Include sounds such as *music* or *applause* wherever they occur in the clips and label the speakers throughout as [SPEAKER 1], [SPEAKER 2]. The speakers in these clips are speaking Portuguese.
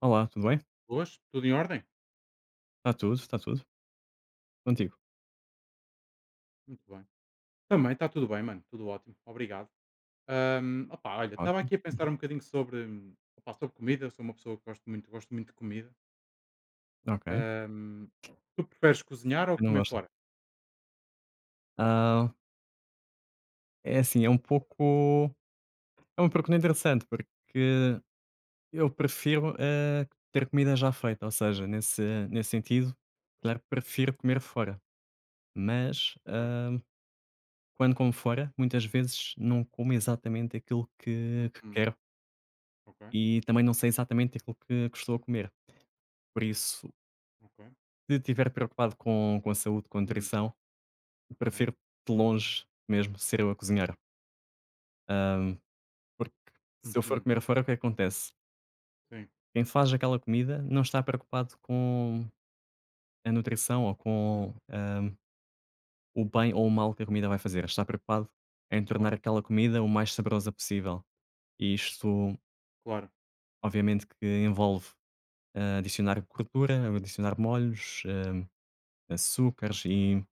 [SPEAKER 1] Olá, tudo bem?
[SPEAKER 2] Boas, tudo em ordem?
[SPEAKER 1] Está tudo, está tudo. Contigo?
[SPEAKER 2] Muito bem. Também está tudo bem, mano, tudo ótimo, obrigado. Opá, olha, estava
[SPEAKER 1] Ótimo.
[SPEAKER 2] aqui a pensar um bocadinho opá, sobre comida, sou uma pessoa que gosto muito de comida.
[SPEAKER 1] Ok.
[SPEAKER 2] Ahm, Tu preferes cozinhar ou
[SPEAKER 1] Eu não
[SPEAKER 2] comer
[SPEAKER 1] gosto.
[SPEAKER 2] fora?
[SPEAKER 1] Ah, é assim, é um pouco é um pergunta interessante, porque eu prefiro, ter comida já feita, ou seja, nesse sentido, claro, prefiro comer fora, mas,
[SPEAKER 2] Ok.
[SPEAKER 1] ah, quando como fora, muitas vezes não como exatamente aquilo que
[SPEAKER 2] Uhum.
[SPEAKER 1] quero
[SPEAKER 2] Ok.
[SPEAKER 1] e também não sei exatamente aquilo que estou a comer. Por isso,
[SPEAKER 2] Ok.
[SPEAKER 1] se estiver preocupado com a saúde, com a
[SPEAKER 2] Hum.
[SPEAKER 1] nutrição,
[SPEAKER 2] Ok.
[SPEAKER 1] prefiro de longe mesmo ser eu a cozinhar. Porque se eu for
[SPEAKER 2] Uhum.
[SPEAKER 1] comer fora, o que é que acontece?
[SPEAKER 2] Sim.
[SPEAKER 1] Quem faz aquela comida não está preocupado com a nutrição ou
[SPEAKER 2] Hum.
[SPEAKER 1] com o bem ou o mal que a comida vai fazer. Está preocupado em tornar
[SPEAKER 2] Claro.
[SPEAKER 1] aquela comida o mais saborosa possível. E isto,
[SPEAKER 2] Claro.
[SPEAKER 1] obviamente, que envolve adicionar gordura, adicionar molhos, açúcares e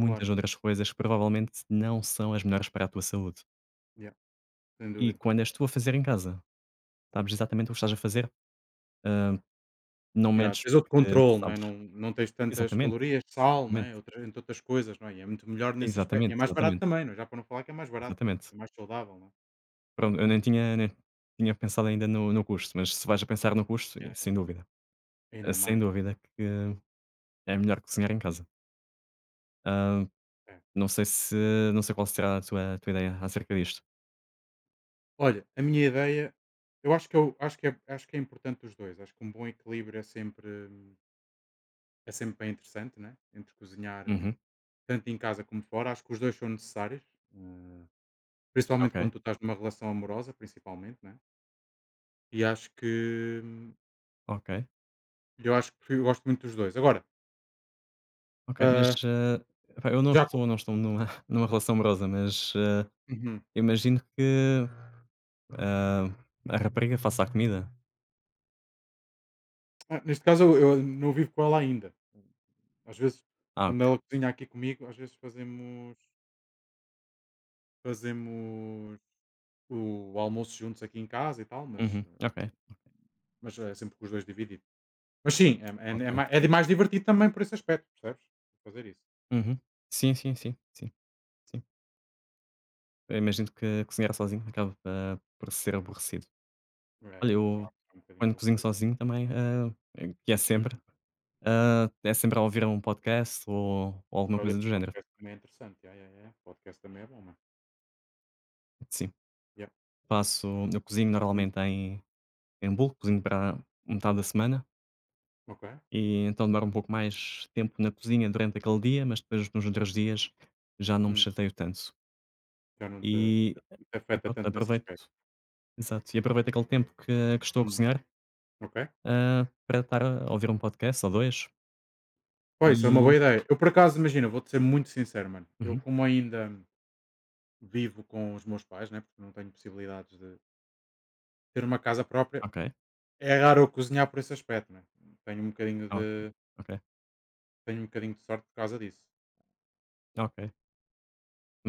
[SPEAKER 2] Claro.
[SPEAKER 1] outras coisas que provavelmente não são as melhores para a tua saúde.
[SPEAKER 2] Yeah, sem
[SPEAKER 1] E
[SPEAKER 2] dúvida.
[SPEAKER 1] quando és tu a fazer em casa, sabes exatamente o que estás a fazer, eh, não
[SPEAKER 2] Yeah,
[SPEAKER 1] medes
[SPEAKER 2] tens outro
[SPEAKER 1] o que
[SPEAKER 2] controle, não, é?
[SPEAKER 1] sabes.
[SPEAKER 2] Não, não tens tantas
[SPEAKER 1] Exatamente,
[SPEAKER 2] calorias, sal, não é?
[SPEAKER 1] exatamente.
[SPEAKER 2] Entre outras coisas, não é? E é muito melhor nesse aspecto. E é
[SPEAKER 1] Exatamente,
[SPEAKER 2] mais barato
[SPEAKER 1] exatamente,
[SPEAKER 2] também, não é? Já para não falar que é mais barato, não é?
[SPEAKER 1] exatamente.
[SPEAKER 2] É mais saudável, não é?
[SPEAKER 1] Pronto, eu nem tinha nem tinha pensado ainda no custo, mas se vais a pensar no custo, e
[SPEAKER 2] Yeah,
[SPEAKER 1] sem dúvida,
[SPEAKER 2] ainda
[SPEAKER 1] sem
[SPEAKER 2] mais, não
[SPEAKER 1] dúvida que é melhor cozinhar em casa. Ah,
[SPEAKER 2] é? É.
[SPEAKER 1] não sei se não sei qual será a tua ideia acerca disto.
[SPEAKER 2] Olha, a minha ideia, eu acho que é importante os dois. Acho que um bom equilíbrio é sempre é sempre bem interessante, né? Entre cozinhar
[SPEAKER 1] Uhum.
[SPEAKER 2] tanto em casa como fora, acho que os dois são necessários, eh, principalmente
[SPEAKER 1] Ok,
[SPEAKER 2] quando tu estás numa relação amorosa, principalmente, né? E acho que
[SPEAKER 1] ok,
[SPEAKER 2] eu acho que eu gosto muito dos dois. Agora,
[SPEAKER 1] ok. Mas,
[SPEAKER 2] ah,
[SPEAKER 1] ah, epá, eu
[SPEAKER 2] já co-
[SPEAKER 1] não estou numa *laughs* numa relação amorosa, mas, ah,
[SPEAKER 2] Uhum.
[SPEAKER 1] imagino que, ah, a rapariga faça a comida?
[SPEAKER 2] Ah, neste caso eu não vivo com ela ainda. Às vezes
[SPEAKER 1] Ah,
[SPEAKER 2] quando ela
[SPEAKER 1] ok.
[SPEAKER 2] cozinha aqui comigo, às vezes fazemos o almoço juntos aqui em casa e tal, mas,
[SPEAKER 1] Uhum. Ok,
[SPEAKER 2] mas é sempre com os dois dividido. Mas sim, é, é, é ma-
[SPEAKER 1] ok.
[SPEAKER 2] é de mais divertido também por esse aspecto, percebes? Fazer isso.
[SPEAKER 1] Uhum. Sim, sim, sim, sim. Eu imagino que cozinhar sozinho acaba por ser aborrecido.
[SPEAKER 2] É,
[SPEAKER 1] Olha,
[SPEAKER 2] é
[SPEAKER 1] eu
[SPEAKER 2] claro, é um bocadinho
[SPEAKER 1] quando cozinho
[SPEAKER 2] aborrecido. É
[SPEAKER 1] sozinho
[SPEAKER 2] verdade.
[SPEAKER 1] também, ah, que é sempre,
[SPEAKER 2] Uhum.
[SPEAKER 1] ah, é sempre a ouvir um podcast ou alguma
[SPEAKER 2] Olha,
[SPEAKER 1] coisa
[SPEAKER 2] esse
[SPEAKER 1] do género.
[SPEAKER 2] podcast também é interessante. Yeah, yeah, yeah. Podcast também é bom, mano.
[SPEAKER 1] Sim,
[SPEAKER 2] Yeah.
[SPEAKER 1] faço, eu cozinho
[SPEAKER 2] Uhum.
[SPEAKER 1] normalmente em bulk, cozinho para metade da semana
[SPEAKER 2] Ok.
[SPEAKER 1] e então demora um pouco mais tempo na cozinha durante aquele dia, mas depois nos outros dias já não me
[SPEAKER 2] Hum.
[SPEAKER 1] chateio tanto.
[SPEAKER 2] Já não te, não
[SPEAKER 1] E
[SPEAKER 2] te afeta
[SPEAKER 1] pronto,
[SPEAKER 2] tanto nesse aspecto.
[SPEAKER 1] aproveito, exato, e aproveito aquele tempo que estou a
[SPEAKER 2] Hum.
[SPEAKER 1] cozinhar
[SPEAKER 2] Ok.
[SPEAKER 1] para estar a ouvir um podcast ou dois.
[SPEAKER 2] Pô, isso é uma boa
[SPEAKER 1] E
[SPEAKER 2] ideia. Eu, por acaso, imagina, vou-te ser muito sincero, mano. Eu,
[SPEAKER 1] uhum,
[SPEAKER 2] como ainda vivo com os meus pais, né? Porque não tenho possibilidades de, ter uma casa própria.
[SPEAKER 1] ok,
[SPEAKER 2] É raro eu cozinhar por esse aspecto, né? Tenho um bocadinho
[SPEAKER 1] ok,
[SPEAKER 2] de
[SPEAKER 1] ok,
[SPEAKER 2] tenho um bocadinho de sorte por causa disso.
[SPEAKER 1] ok.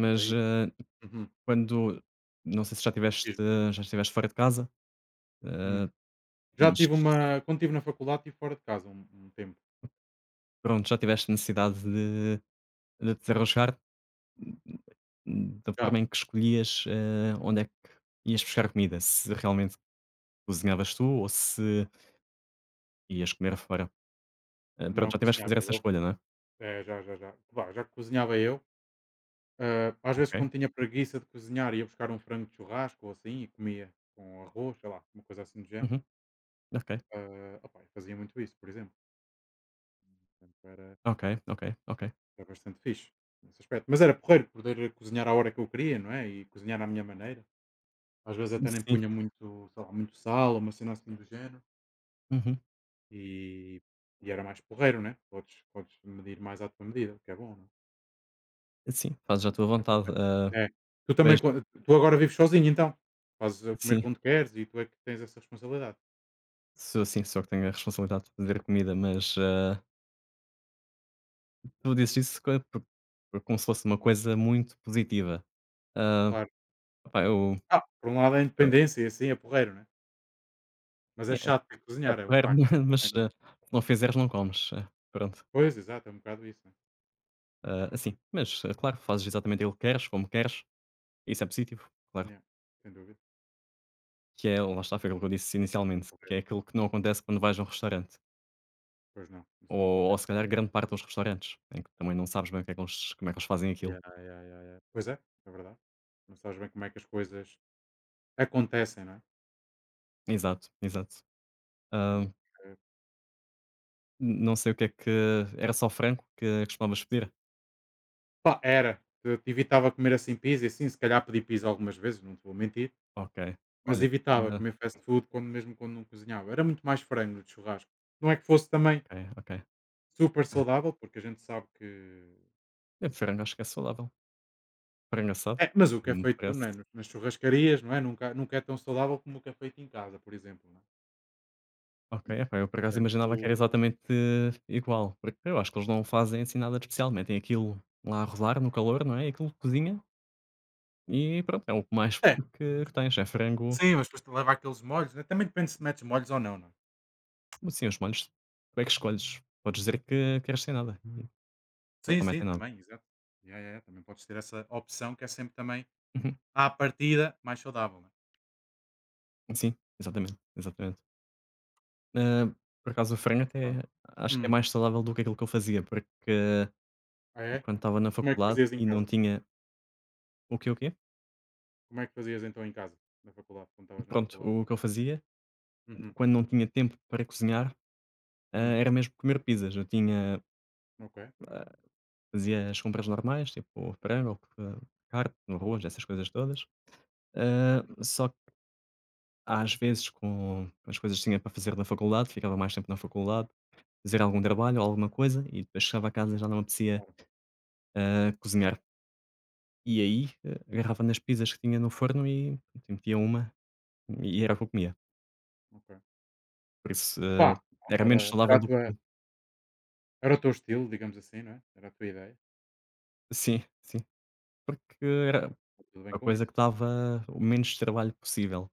[SPEAKER 2] Portanto, é isso. Né?
[SPEAKER 1] eh,
[SPEAKER 2] Uhum.
[SPEAKER 1] quando não sei se já tiveste
[SPEAKER 2] Fiz.
[SPEAKER 1] já estiveste fora de casa,
[SPEAKER 2] Hum.
[SPEAKER 1] eh,
[SPEAKER 2] Já
[SPEAKER 1] mas
[SPEAKER 2] tive uma. Quando estive na faculdade, estive fora de casa um tempo.
[SPEAKER 1] pronto, já tiveste
[SPEAKER 2] Né?
[SPEAKER 1] necessidade de te arrojar da
[SPEAKER 2] Já.
[SPEAKER 1] forma em que escolhias, eh, onde é que ias buscar comida, se realmente cozinhavas tu ou se ias comer fora. Eh,
[SPEAKER 2] Não
[SPEAKER 1] pronto, já tiveste que
[SPEAKER 2] cozinhava
[SPEAKER 1] fazer essa
[SPEAKER 2] eu.
[SPEAKER 1] escolha, não é?
[SPEAKER 2] É, já, já, já. Vá, já cozinhava eu. Ah, às vezes,
[SPEAKER 1] Ok,
[SPEAKER 2] quando tinha preguiça de cozinhar, ia buscar um frango de churrasco ou assim e comia com arroz, sei lá, uma coisa assim do género.
[SPEAKER 1] uhum, ok,
[SPEAKER 2] Ah, opá, eu fazia muito isso, por exemplo. Portanto, era.
[SPEAKER 1] ok, ok, ok.
[SPEAKER 2] É bastante fixe, nesse aspecto. Mas era porreiro poder cozinhar à hora que eu queria, não é? E cozinhar à minha maneira. Às vezes até nem
[SPEAKER 1] Sim,
[SPEAKER 2] punha muito, sei lá, muito sal, ou uma cena assim do género.
[SPEAKER 1] uhum,
[SPEAKER 2] E, e era mais porreiro, né? Podes medir mais à tua medida, o que é bom, não é?
[SPEAKER 1] sim, fazes à tua
[SPEAKER 2] É
[SPEAKER 1] vontade,
[SPEAKER 2] porreiro.
[SPEAKER 1] eh,
[SPEAKER 2] É. Tu também,
[SPEAKER 1] pois,
[SPEAKER 2] tu agora vives sozinho, então. Fazes a comer
[SPEAKER 1] sim.
[SPEAKER 2] quando queres e tu é que tens essa responsabilidade.
[SPEAKER 1] Sou assim, sou eu que tenho a responsabilidade de fazer comida, mas, ah, tu dizes isso co por como se fosse uma coisa muito positiva. Ah,
[SPEAKER 2] Claro.
[SPEAKER 1] opá, eu
[SPEAKER 2] Ah, por um lado é a
[SPEAKER 1] eu
[SPEAKER 2] independência e assim é porreiro, né? Mas é
[SPEAKER 1] é
[SPEAKER 2] chato ter que
[SPEAKER 1] é
[SPEAKER 2] cozinhar, é um
[SPEAKER 1] porreiro,
[SPEAKER 2] facto.
[SPEAKER 1] *laughs*
[SPEAKER 2] Também
[SPEAKER 1] mas,
[SPEAKER 2] não.
[SPEAKER 1] ah, se não fizeres não comes. Ah, pronto,
[SPEAKER 2] Pois, exato, é um bocado isso, né?
[SPEAKER 1] ah, assim, mas, ah, claro, fazes exatamente aquilo que queres, como queres, isso é positivo, claro.
[SPEAKER 2] Yeah, sem dúvida.
[SPEAKER 1] Que é lá está, foi aquilo que eu disse inicialmente, que
[SPEAKER 2] Porreiro.
[SPEAKER 1] é aquilo que não acontece quando vais a um restaurante,
[SPEAKER 2] Pois não, isso não
[SPEAKER 1] ou
[SPEAKER 2] acontece.
[SPEAKER 1] se calhar grande parte dos restaurantes, em que também não sabes bem o que é que eles como é que eles fazem aquilo.
[SPEAKER 2] Yeah, yeah, yeah, yeah. Pois é verdade. Não sabes bem como é que as coisas acontecem, não é?
[SPEAKER 1] Exato, exato. Ah,
[SPEAKER 2] Portanto, eh,
[SPEAKER 1] não sei o que é que era só frango que costumavas pedir?
[SPEAKER 2] pá, era. Eu te evitava comer assim pizza, e assim, se calhar pedi pizza algumas vezes, não te vou mentir,
[SPEAKER 1] Ok,
[SPEAKER 2] mas
[SPEAKER 1] olha,
[SPEAKER 2] evitava
[SPEAKER 1] hã,
[SPEAKER 2] comer fast food mesmo quando não cozinhava. Era muito mais frango de churrasco. Não é que fosse também
[SPEAKER 1] ok, ok.
[SPEAKER 2] super
[SPEAKER 1] *laughs*
[SPEAKER 2] saudável, porque a gente sabe que.
[SPEAKER 1] É, frango acho que é saudável. Frango assado?
[SPEAKER 2] É, mas o que
[SPEAKER 1] Não
[SPEAKER 2] é
[SPEAKER 1] me
[SPEAKER 2] feito
[SPEAKER 1] parece.
[SPEAKER 2] não é, nas churrascarias, não é? Nunca, nunca é tão saudável como o que é feito em casa, por exemplo, não é?
[SPEAKER 1] Ok, epá, eu por acaso imaginava que era
[SPEAKER 2] Portanto,
[SPEAKER 1] exatamente igual, porque eu acho que eles não fazem assim nada de especial, metem aquilo lá a rodar no calor, não é, aquilo cozinha e pronto, é o que mais
[SPEAKER 2] é.
[SPEAKER 1] puro que tens, é frango.
[SPEAKER 2] Sim, mas depois te leva aqueles molhos, né, também depende se metes molhos ou não, não é?
[SPEAKER 1] Assim, os molhos tu é que escolhes, podes dizer que queres sem nada, e eles
[SPEAKER 2] Sim,
[SPEAKER 1] não
[SPEAKER 2] sim,
[SPEAKER 1] metem nada.
[SPEAKER 2] também, exato. Yeah, yeah, yeah, também podes ter essa opção que é sempre também,
[SPEAKER 1] Uhum.
[SPEAKER 2] à partida, mais saudável, né?
[SPEAKER 1] Sim, exatamente, exatamente. Hã, por acaso o frango
[SPEAKER 2] Pronto.
[SPEAKER 1] até acho que é
[SPEAKER 2] Hum.
[SPEAKER 1] mais saudável do que aquilo que eu fazia, porque
[SPEAKER 2] Ah, é?
[SPEAKER 1] quando estava na
[SPEAKER 2] Como é que
[SPEAKER 1] faculdade
[SPEAKER 2] fazias em
[SPEAKER 1] e não
[SPEAKER 2] casa?
[SPEAKER 1] tinha o quê?
[SPEAKER 2] Como é que fazias então em casa, na faculdade, quando estavas na
[SPEAKER 1] Pronto,
[SPEAKER 2] faculdade?
[SPEAKER 1] o que eu fazia,
[SPEAKER 2] Uhum.
[SPEAKER 1] quando não tinha tempo para cozinhar, hã,
[SPEAKER 2] Hum.
[SPEAKER 1] era mesmo comer pizzas. Eu tinha
[SPEAKER 2] Ok.
[SPEAKER 1] fazia as compras normais, tipo frango, hã, carne, arroz, essas coisas todas. Hã,
[SPEAKER 2] Hum.
[SPEAKER 1] só que às vezes com as coisas que tinha para fazer na faculdade, ficava mais tempo na faculdade, fazer algum trabalho ou alguma coisa e depois chegava a casa e já não me apetecia,
[SPEAKER 2] Claro.
[SPEAKER 1] hã, cozinhar. E
[SPEAKER 2] Ok,
[SPEAKER 1] aí, agarrava nas pizzas que tinha no forno e pronto, e metia uma e era o que eu comia.
[SPEAKER 2] ok.
[SPEAKER 1] Por isso, eh,
[SPEAKER 2] Pá, pronto,
[SPEAKER 1] era
[SPEAKER 2] era,
[SPEAKER 1] menos
[SPEAKER 2] era,
[SPEAKER 1] saudável
[SPEAKER 2] a
[SPEAKER 1] do que
[SPEAKER 2] tua,
[SPEAKER 1] tudo.
[SPEAKER 2] era o teu estilo, digamos assim, não é? Era a tua ideia.
[SPEAKER 1] Sim, sim, porque era
[SPEAKER 2] Está tudo bem
[SPEAKER 1] a
[SPEAKER 2] com
[SPEAKER 1] coisa
[SPEAKER 2] isso.
[SPEAKER 1] que dava o menos trabalho possível.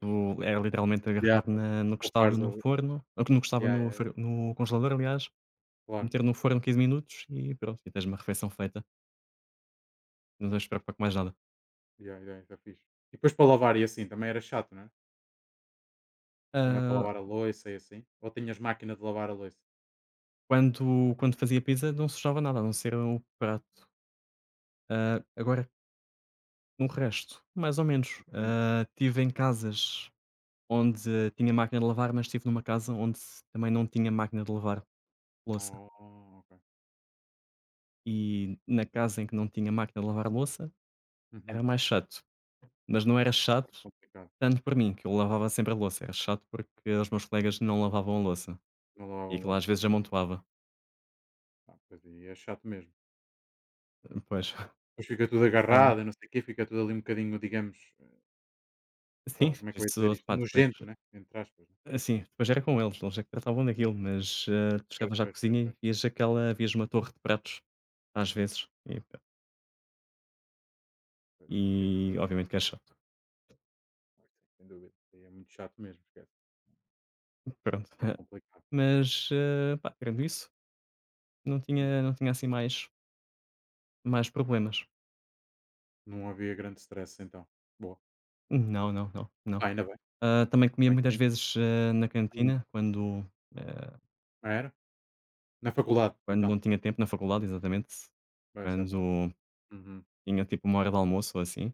[SPEAKER 1] Tu era
[SPEAKER 2] Claro.
[SPEAKER 1] literalmente
[SPEAKER 2] Yeah,
[SPEAKER 1] agarrar
[SPEAKER 2] para
[SPEAKER 1] na no que estava
[SPEAKER 2] poupares a.
[SPEAKER 1] no forno no que estava
[SPEAKER 2] Yeah, yeah,
[SPEAKER 1] no congelador aliás,
[SPEAKER 2] claro.
[SPEAKER 1] meter no forno 15 minutos e pronto, e tens uma refeição feita, não tens de te preocupar com mais nada.
[SPEAKER 2] Yeah, yeah, isso é fixe. E depois para lavar e assim também era chato, não é? Quando é para
[SPEAKER 1] Ah,
[SPEAKER 2] lavar a louça e assim? Ou tinhas máquina de lavar a louça?
[SPEAKER 1] quando fazia pizza não sujava nada, a não ser o prato. Ah, agora o resto, mais ou menos.
[SPEAKER 2] Hum,
[SPEAKER 1] Ah, tive em
[SPEAKER 2] ok.
[SPEAKER 1] casas onde tinha máquina de lavar, mas estive numa casa onde se também não tinha máquina de lavar louça.
[SPEAKER 2] Oh, ok.
[SPEAKER 1] E na casa em que não tinha máquina de lavar louça, era
[SPEAKER 2] Uhum.
[SPEAKER 1] mais chato. Mas não era chato
[SPEAKER 2] Complicado.
[SPEAKER 1] tanto para mim, que eu lavava sempre a louça. Era chato porque os meus colegas não lavavam a louça.
[SPEAKER 2] Não
[SPEAKER 1] E
[SPEAKER 2] lavavam
[SPEAKER 1] aquilo às
[SPEAKER 2] louça.
[SPEAKER 1] vezes amontoava.
[SPEAKER 2] Ah, pois aí é chato mesmo.
[SPEAKER 1] Pois.
[SPEAKER 2] Depois fica tudo
[SPEAKER 1] Ah,
[SPEAKER 2] agarrado e não sei o quê, fica tudo ali um bocadinho, digamos,
[SPEAKER 1] *laughs*
[SPEAKER 2] sei
[SPEAKER 1] sim,
[SPEAKER 2] lá, como é que eu ia dizer
[SPEAKER 1] isso,
[SPEAKER 2] isto?
[SPEAKER 1] pá, depois.
[SPEAKER 2] Nojento, né? Entre aspas. Né?
[SPEAKER 1] Assim, depois era com eles, eles é que tratavam daquilo, mas ah, tu
[SPEAKER 2] Pois,
[SPEAKER 1] chegavas à
[SPEAKER 2] pois, pois,
[SPEAKER 1] cozinha e
[SPEAKER 2] pois.
[SPEAKER 1] vias aquela, vias uma torre de pratos, às vezes.
[SPEAKER 2] Pois
[SPEAKER 1] E
[SPEAKER 2] aí é,
[SPEAKER 1] obviamente que é chato.
[SPEAKER 2] pois, sem dúvida. Aí é muito chato mesmo, esquece.
[SPEAKER 1] Pronto. *laughs*
[SPEAKER 2] Complicado.
[SPEAKER 1] Mas, eh, pá, tirando isso,
[SPEAKER 2] Ya.
[SPEAKER 1] não tinha assim mais problemas.
[SPEAKER 2] Não havia grande stress então. Boa.
[SPEAKER 1] Não, não, não, não.
[SPEAKER 2] Ah, ainda bem.
[SPEAKER 1] Ah, também
[SPEAKER 2] Ainda
[SPEAKER 1] comia
[SPEAKER 2] bem que
[SPEAKER 1] muitas
[SPEAKER 2] tem.
[SPEAKER 1] vezes, eh, na
[SPEAKER 2] Hum.
[SPEAKER 1] cantina quando, eh,
[SPEAKER 2] Era? Na faculdade,
[SPEAKER 1] quando
[SPEAKER 2] então.
[SPEAKER 1] não tinha tempo na faculdade, exatamente,
[SPEAKER 2] Vai ser bom.
[SPEAKER 1] quando
[SPEAKER 2] Uhum.
[SPEAKER 1] tinha tipo uma hora de almoço ou assim,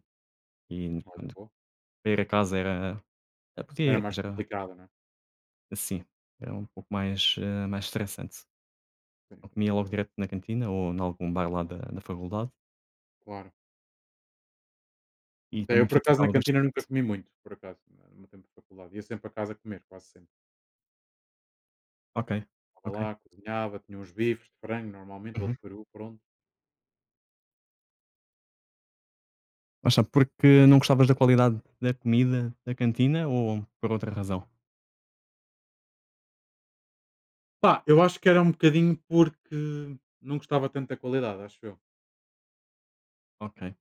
[SPEAKER 1] e
[SPEAKER 2] Olha,
[SPEAKER 1] quando
[SPEAKER 2] boa.
[SPEAKER 1] para ir a casa era podia
[SPEAKER 2] Era
[SPEAKER 1] ir,
[SPEAKER 2] mais
[SPEAKER 1] mas era
[SPEAKER 2] complicado, não é?
[SPEAKER 1] assim, era um pouco mais, eh, mais estressante.
[SPEAKER 2] Sim,
[SPEAKER 1] Eu
[SPEAKER 2] sim, sim.
[SPEAKER 1] comia logo direto na cantina ou em algum bar lá da faculdade
[SPEAKER 2] Claro.
[SPEAKER 1] e
[SPEAKER 2] É, eu,
[SPEAKER 1] também
[SPEAKER 2] por acaso, na
[SPEAKER 1] facilitava
[SPEAKER 2] cantina nunca
[SPEAKER 1] bastante.
[SPEAKER 2] comi muito, por acaso, no meu tempo de faculdade. Ia sempre a casa comer, quase sempre.
[SPEAKER 1] Ok,
[SPEAKER 2] Estava
[SPEAKER 1] ok.
[SPEAKER 2] lá, cozinhava, tinha uns bifes de frango, normalmente, ou de
[SPEAKER 1] Uhum.
[SPEAKER 2] peru, pronto.
[SPEAKER 1] Mas só porque não gostavas da qualidade da comida da cantina ou por outra razão?
[SPEAKER 2] Pá, eu acho que era um bocadinho porque não gostava tanto da qualidade, acho eu.
[SPEAKER 1] Ok,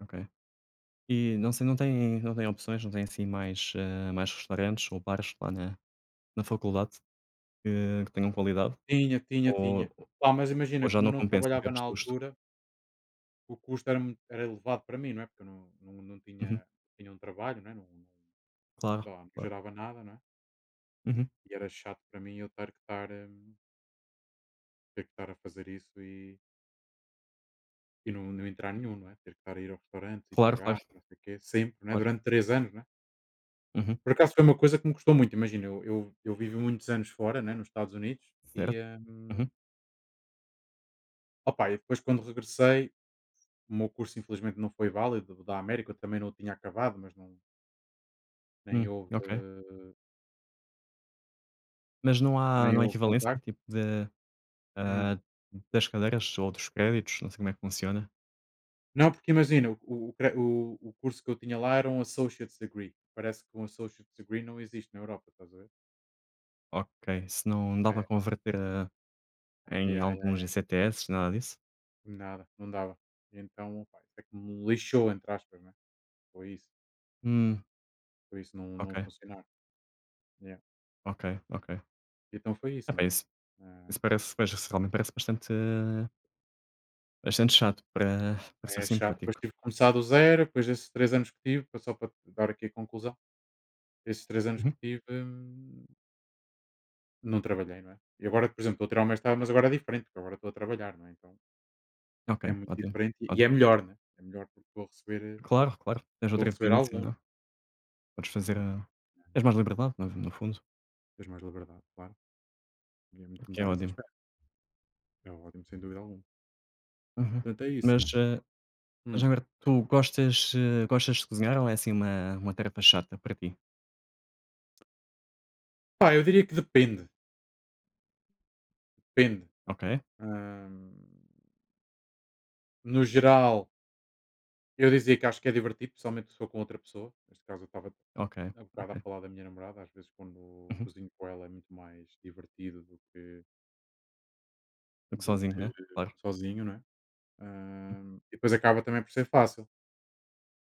[SPEAKER 1] ok. E não sei, não tem opções, não tem assim mais, eh, mais restaurantes ou bares lá na na faculdade que tenham qualidade?
[SPEAKER 2] Tinha, tinha,
[SPEAKER 1] Ou
[SPEAKER 2] tinha. Pá, mas
[SPEAKER 1] ou
[SPEAKER 2] imagina,
[SPEAKER 1] já
[SPEAKER 2] como eu
[SPEAKER 1] não
[SPEAKER 2] não
[SPEAKER 1] compensa em
[SPEAKER 2] trabalhava
[SPEAKER 1] termos
[SPEAKER 2] na
[SPEAKER 1] de custo?
[SPEAKER 2] altura, o custo era elevado para mim, não é? Porque eu não, não, não tinha,
[SPEAKER 1] Uhum.
[SPEAKER 2] tinha um trabalho, não é? Não, não,
[SPEAKER 1] Claro,
[SPEAKER 2] sei não
[SPEAKER 1] claro.
[SPEAKER 2] gerava nada, não é?
[SPEAKER 1] Uhum.
[SPEAKER 2] E era chato para mim eu ter que estar a fazer isso. E não entrar nenhum, não é? Ter que estar a ir ao restaurante e
[SPEAKER 1] Claro, claro,
[SPEAKER 2] pagar, não sei o quê, sempre, não é?
[SPEAKER 1] claro.
[SPEAKER 2] Durante 3 anos, não é?
[SPEAKER 1] Uhum.
[SPEAKER 2] Por acaso foi uma coisa que me custou muito, imagina, eu vivi muitos anos fora, né, nos Estados Unidos e,
[SPEAKER 1] Certo.
[SPEAKER 2] hum,
[SPEAKER 1] Uhum.
[SPEAKER 2] opá, e depois quando regressei, o meu curso infelizmente não foi válido, o da América, eu também não o tinha acabado, mas nem
[SPEAKER 1] Hum,
[SPEAKER 2] houve,
[SPEAKER 1] ok.
[SPEAKER 2] eh,
[SPEAKER 1] Mas
[SPEAKER 2] nem
[SPEAKER 1] não há
[SPEAKER 2] houve
[SPEAKER 1] equivalência,
[SPEAKER 2] contacto.
[SPEAKER 1] tipo de,
[SPEAKER 2] Hum.
[SPEAKER 1] ah, das cadeiras ou dos créditos? Não sei como é que funciona.
[SPEAKER 2] Não, porque imagina, o cre o curso que eu tinha lá era um Associate's Degree, parece que um Associate's Degree não existe na Europa, estás a ver?
[SPEAKER 1] Ok, se não dá
[SPEAKER 2] É,
[SPEAKER 1] para converter a em
[SPEAKER 2] yeah,
[SPEAKER 1] alguns GCTS, nada disso?
[SPEAKER 2] nada, não dava. E então, pá, isso é que me lixou, entre aspas, né? Foi isso.
[SPEAKER 1] Hum,
[SPEAKER 2] Foi isso não,
[SPEAKER 1] ok,
[SPEAKER 2] não funcionar. Yeah.
[SPEAKER 1] ok, ok.
[SPEAKER 2] Então foi isso,
[SPEAKER 1] Epá,
[SPEAKER 2] mano.
[SPEAKER 1] isso
[SPEAKER 2] Ah,
[SPEAKER 1] isso parece pois, isso realmente parece bastante eh, bastante chato para para ser
[SPEAKER 2] é chato. Depois
[SPEAKER 1] simpático.
[SPEAKER 2] tive que começar do zero, depois desses 3 anos que tive, só para te dar aqui a conclusão, esses 3 anos que
[SPEAKER 1] Uhum.
[SPEAKER 2] tive, não trabalhei, não é? E agora, por exemplo, estou a tirar o mestrado, mas agora é diferente, porque agora estou a trabalhar, não é? Então
[SPEAKER 1] Ok,
[SPEAKER 2] é muito
[SPEAKER 1] ótimo,
[SPEAKER 2] diferente e
[SPEAKER 1] ótimo.
[SPEAKER 2] é melhor, né? É melhor porque estou a receber, eh,
[SPEAKER 1] Claro, claro, tens
[SPEAKER 2] estou a
[SPEAKER 1] outra
[SPEAKER 2] receber
[SPEAKER 1] dependência,
[SPEAKER 2] algum.
[SPEAKER 1] não é? Podes fazer
[SPEAKER 2] Yeah,
[SPEAKER 1] a
[SPEAKER 2] yeah.
[SPEAKER 1] tens mais liberdade, no fundo,
[SPEAKER 2] Tens mais liberdade, claro. E é
[SPEAKER 1] o
[SPEAKER 2] muito
[SPEAKER 1] que é
[SPEAKER 2] melhor nesse
[SPEAKER 1] ótimo.
[SPEAKER 2] aspecto. É ótimo, sem dúvida alguma.
[SPEAKER 1] Uhum.
[SPEAKER 2] Portanto, é isso,
[SPEAKER 1] Mas,
[SPEAKER 2] mano.
[SPEAKER 1] eh,
[SPEAKER 2] Hum.
[SPEAKER 1] já agora tu gostas, eh, gostas de cozinhar ou é assim uma tarefa chata para ti?
[SPEAKER 2] Pá, eu diria que depende, depende.
[SPEAKER 1] Ok,
[SPEAKER 2] Hum, no geral, eu dizia que acho que é divertido, principalmente se for com outra pessoa. Neste caso, eu estava
[SPEAKER 1] ok,
[SPEAKER 2] há bocado a
[SPEAKER 1] ok.
[SPEAKER 2] falar da minha namorada. Às vezes, quando
[SPEAKER 1] Uhum.
[SPEAKER 2] cozinho com ela, é muito mais divertido do que,
[SPEAKER 1] Porque
[SPEAKER 2] do
[SPEAKER 1] sozinho,
[SPEAKER 2] que
[SPEAKER 1] né. Claro.
[SPEAKER 2] sozinho, não é?
[SPEAKER 1] Uhum.
[SPEAKER 2] E depois acaba também por ser fácil,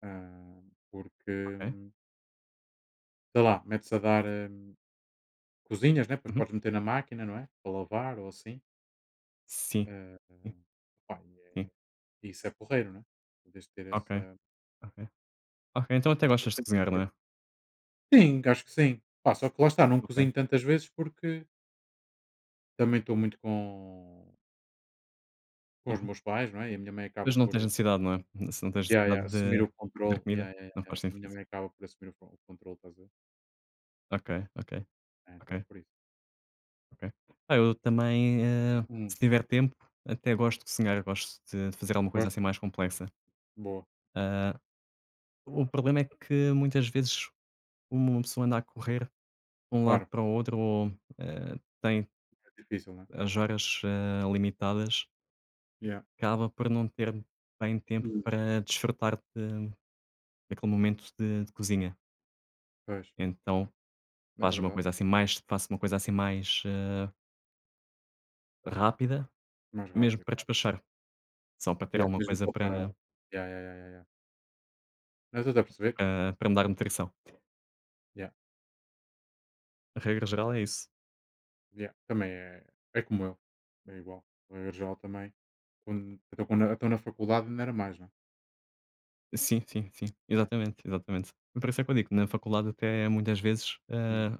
[SPEAKER 2] porque,
[SPEAKER 1] Ok.
[SPEAKER 2] sei lá, metes a dar hum, cozinhas, né? Depois
[SPEAKER 1] Uhum.
[SPEAKER 2] podes meter na máquina, não é? Para lavar ou assim.
[SPEAKER 1] Sim,
[SPEAKER 2] Eh,
[SPEAKER 1] sim,
[SPEAKER 2] pá,
[SPEAKER 1] sim.
[SPEAKER 2] isso é porreiro, não é? Podes ter
[SPEAKER 1] Ok,
[SPEAKER 2] essa.
[SPEAKER 1] ok. Ok, então até gostas de cozinhar, não é?
[SPEAKER 2] Sim, acho que sim. Pá, só que lá está, não
[SPEAKER 1] Ok.
[SPEAKER 2] cozinho tantas vezes porque também estou muito com os
[SPEAKER 1] Uhum.
[SPEAKER 2] meus pais, não é? E a minha mãe acaba
[SPEAKER 1] Mas não
[SPEAKER 2] por
[SPEAKER 1] tens necessidade, não é? Se não tens
[SPEAKER 2] yeah, yeah,
[SPEAKER 1] necessidade
[SPEAKER 2] assumir
[SPEAKER 1] de
[SPEAKER 2] o
[SPEAKER 1] de
[SPEAKER 2] controle.
[SPEAKER 1] comida,
[SPEAKER 2] Yeah, yeah,
[SPEAKER 1] não
[SPEAKER 2] yeah.
[SPEAKER 1] faz
[SPEAKER 2] A
[SPEAKER 1] sentido.
[SPEAKER 2] minha mãe acaba por assumir o controle, estás a ver?
[SPEAKER 1] Ok, ok,
[SPEAKER 2] É,
[SPEAKER 1] ok,
[SPEAKER 2] então é por isso.
[SPEAKER 1] ok. Ah, eu também, eh,
[SPEAKER 2] Hum,
[SPEAKER 1] se tiver tempo, até gosto de cozinhar, gosto de fazer alguma coisa
[SPEAKER 2] gosto?
[SPEAKER 1] assim mais complexa.
[SPEAKER 2] Boa.
[SPEAKER 1] Ah, o problema é que muitas vezes uma pessoa anda a correr de um lado
[SPEAKER 2] Claro,
[SPEAKER 1] para o outro ou, eh, tem
[SPEAKER 2] é difícil, não é?
[SPEAKER 1] as horas, eh, limitadas,
[SPEAKER 2] Yeah.
[SPEAKER 1] acaba por não ter bem tempo
[SPEAKER 2] Hum.
[SPEAKER 1] para desfrutar de naquele momento de cozinha.
[SPEAKER 2] Pois,
[SPEAKER 1] Então
[SPEAKER 2] é
[SPEAKER 1] faz uma
[SPEAKER 2] verdade.
[SPEAKER 1] coisa assim mais faço uma coisa assim mais, eh, rápida,
[SPEAKER 2] Mais
[SPEAKER 1] mesmo
[SPEAKER 2] rápido,
[SPEAKER 1] para
[SPEAKER 2] claro.
[SPEAKER 1] despachar, só para ter
[SPEAKER 2] Yeah,
[SPEAKER 1] alguma
[SPEAKER 2] mesmo
[SPEAKER 1] coisa
[SPEAKER 2] só para. Yeah, yeah, yeah, yeah. Yeah. Não eu estou a perceber?
[SPEAKER 1] para me dar nutrição. A regra geral é isso.
[SPEAKER 2] Yeah, também é como eu, é igual. A Eurojal também. Quando, então, na faculdade ainda era mais, não
[SPEAKER 1] Sim, sim, sim. Exatamente, exatamente. E por isso é que eu digo, na faculdade até muitas vezes,
[SPEAKER 2] Não
[SPEAKER 1] eh,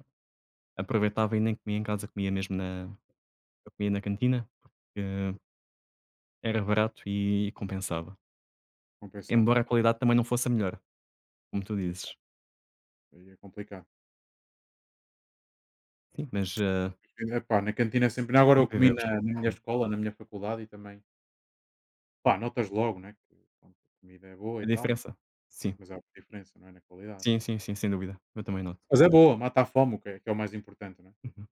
[SPEAKER 1] aproveitava e nem comia em casa, comia mesmo na eu comia na cantina, porque era barato e compensava.
[SPEAKER 2] compensava,
[SPEAKER 1] Embora
[SPEAKER 2] né?
[SPEAKER 1] a qualidade também não fosse a melhor, como tu dizes.
[SPEAKER 2] Aí é complicado.
[SPEAKER 1] Sim, mas, eh,
[SPEAKER 2] Epá, na cantina sempre. Agora eu comi
[SPEAKER 1] sobrevivemos.
[SPEAKER 2] na minha escola, na minha faculdade e também. Pá, notas logo, né? Que pronto, a comida é boa e
[SPEAKER 1] A
[SPEAKER 2] tal,
[SPEAKER 1] diferença sim.
[SPEAKER 2] mas há uma diferença, não é? Na qualidade.
[SPEAKER 1] Sim, sim, sim, sem dúvida. Eu também noto.
[SPEAKER 2] Mas é boa, mata a fome, que é o mais importante, não é?
[SPEAKER 1] Uhum.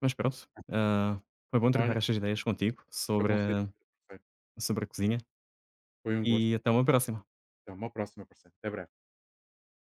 [SPEAKER 1] Mas pronto, ah, foi bom
[SPEAKER 2] Olha,
[SPEAKER 1] trocar estas ideias contigo
[SPEAKER 2] foi
[SPEAKER 1] sobre,
[SPEAKER 2] bom ser tu, parceiro.
[SPEAKER 1] sobre a cozinha
[SPEAKER 2] Foi um gosto.
[SPEAKER 1] e até uma próxima.
[SPEAKER 2] Então, uma próxima, parceiro. Até breve.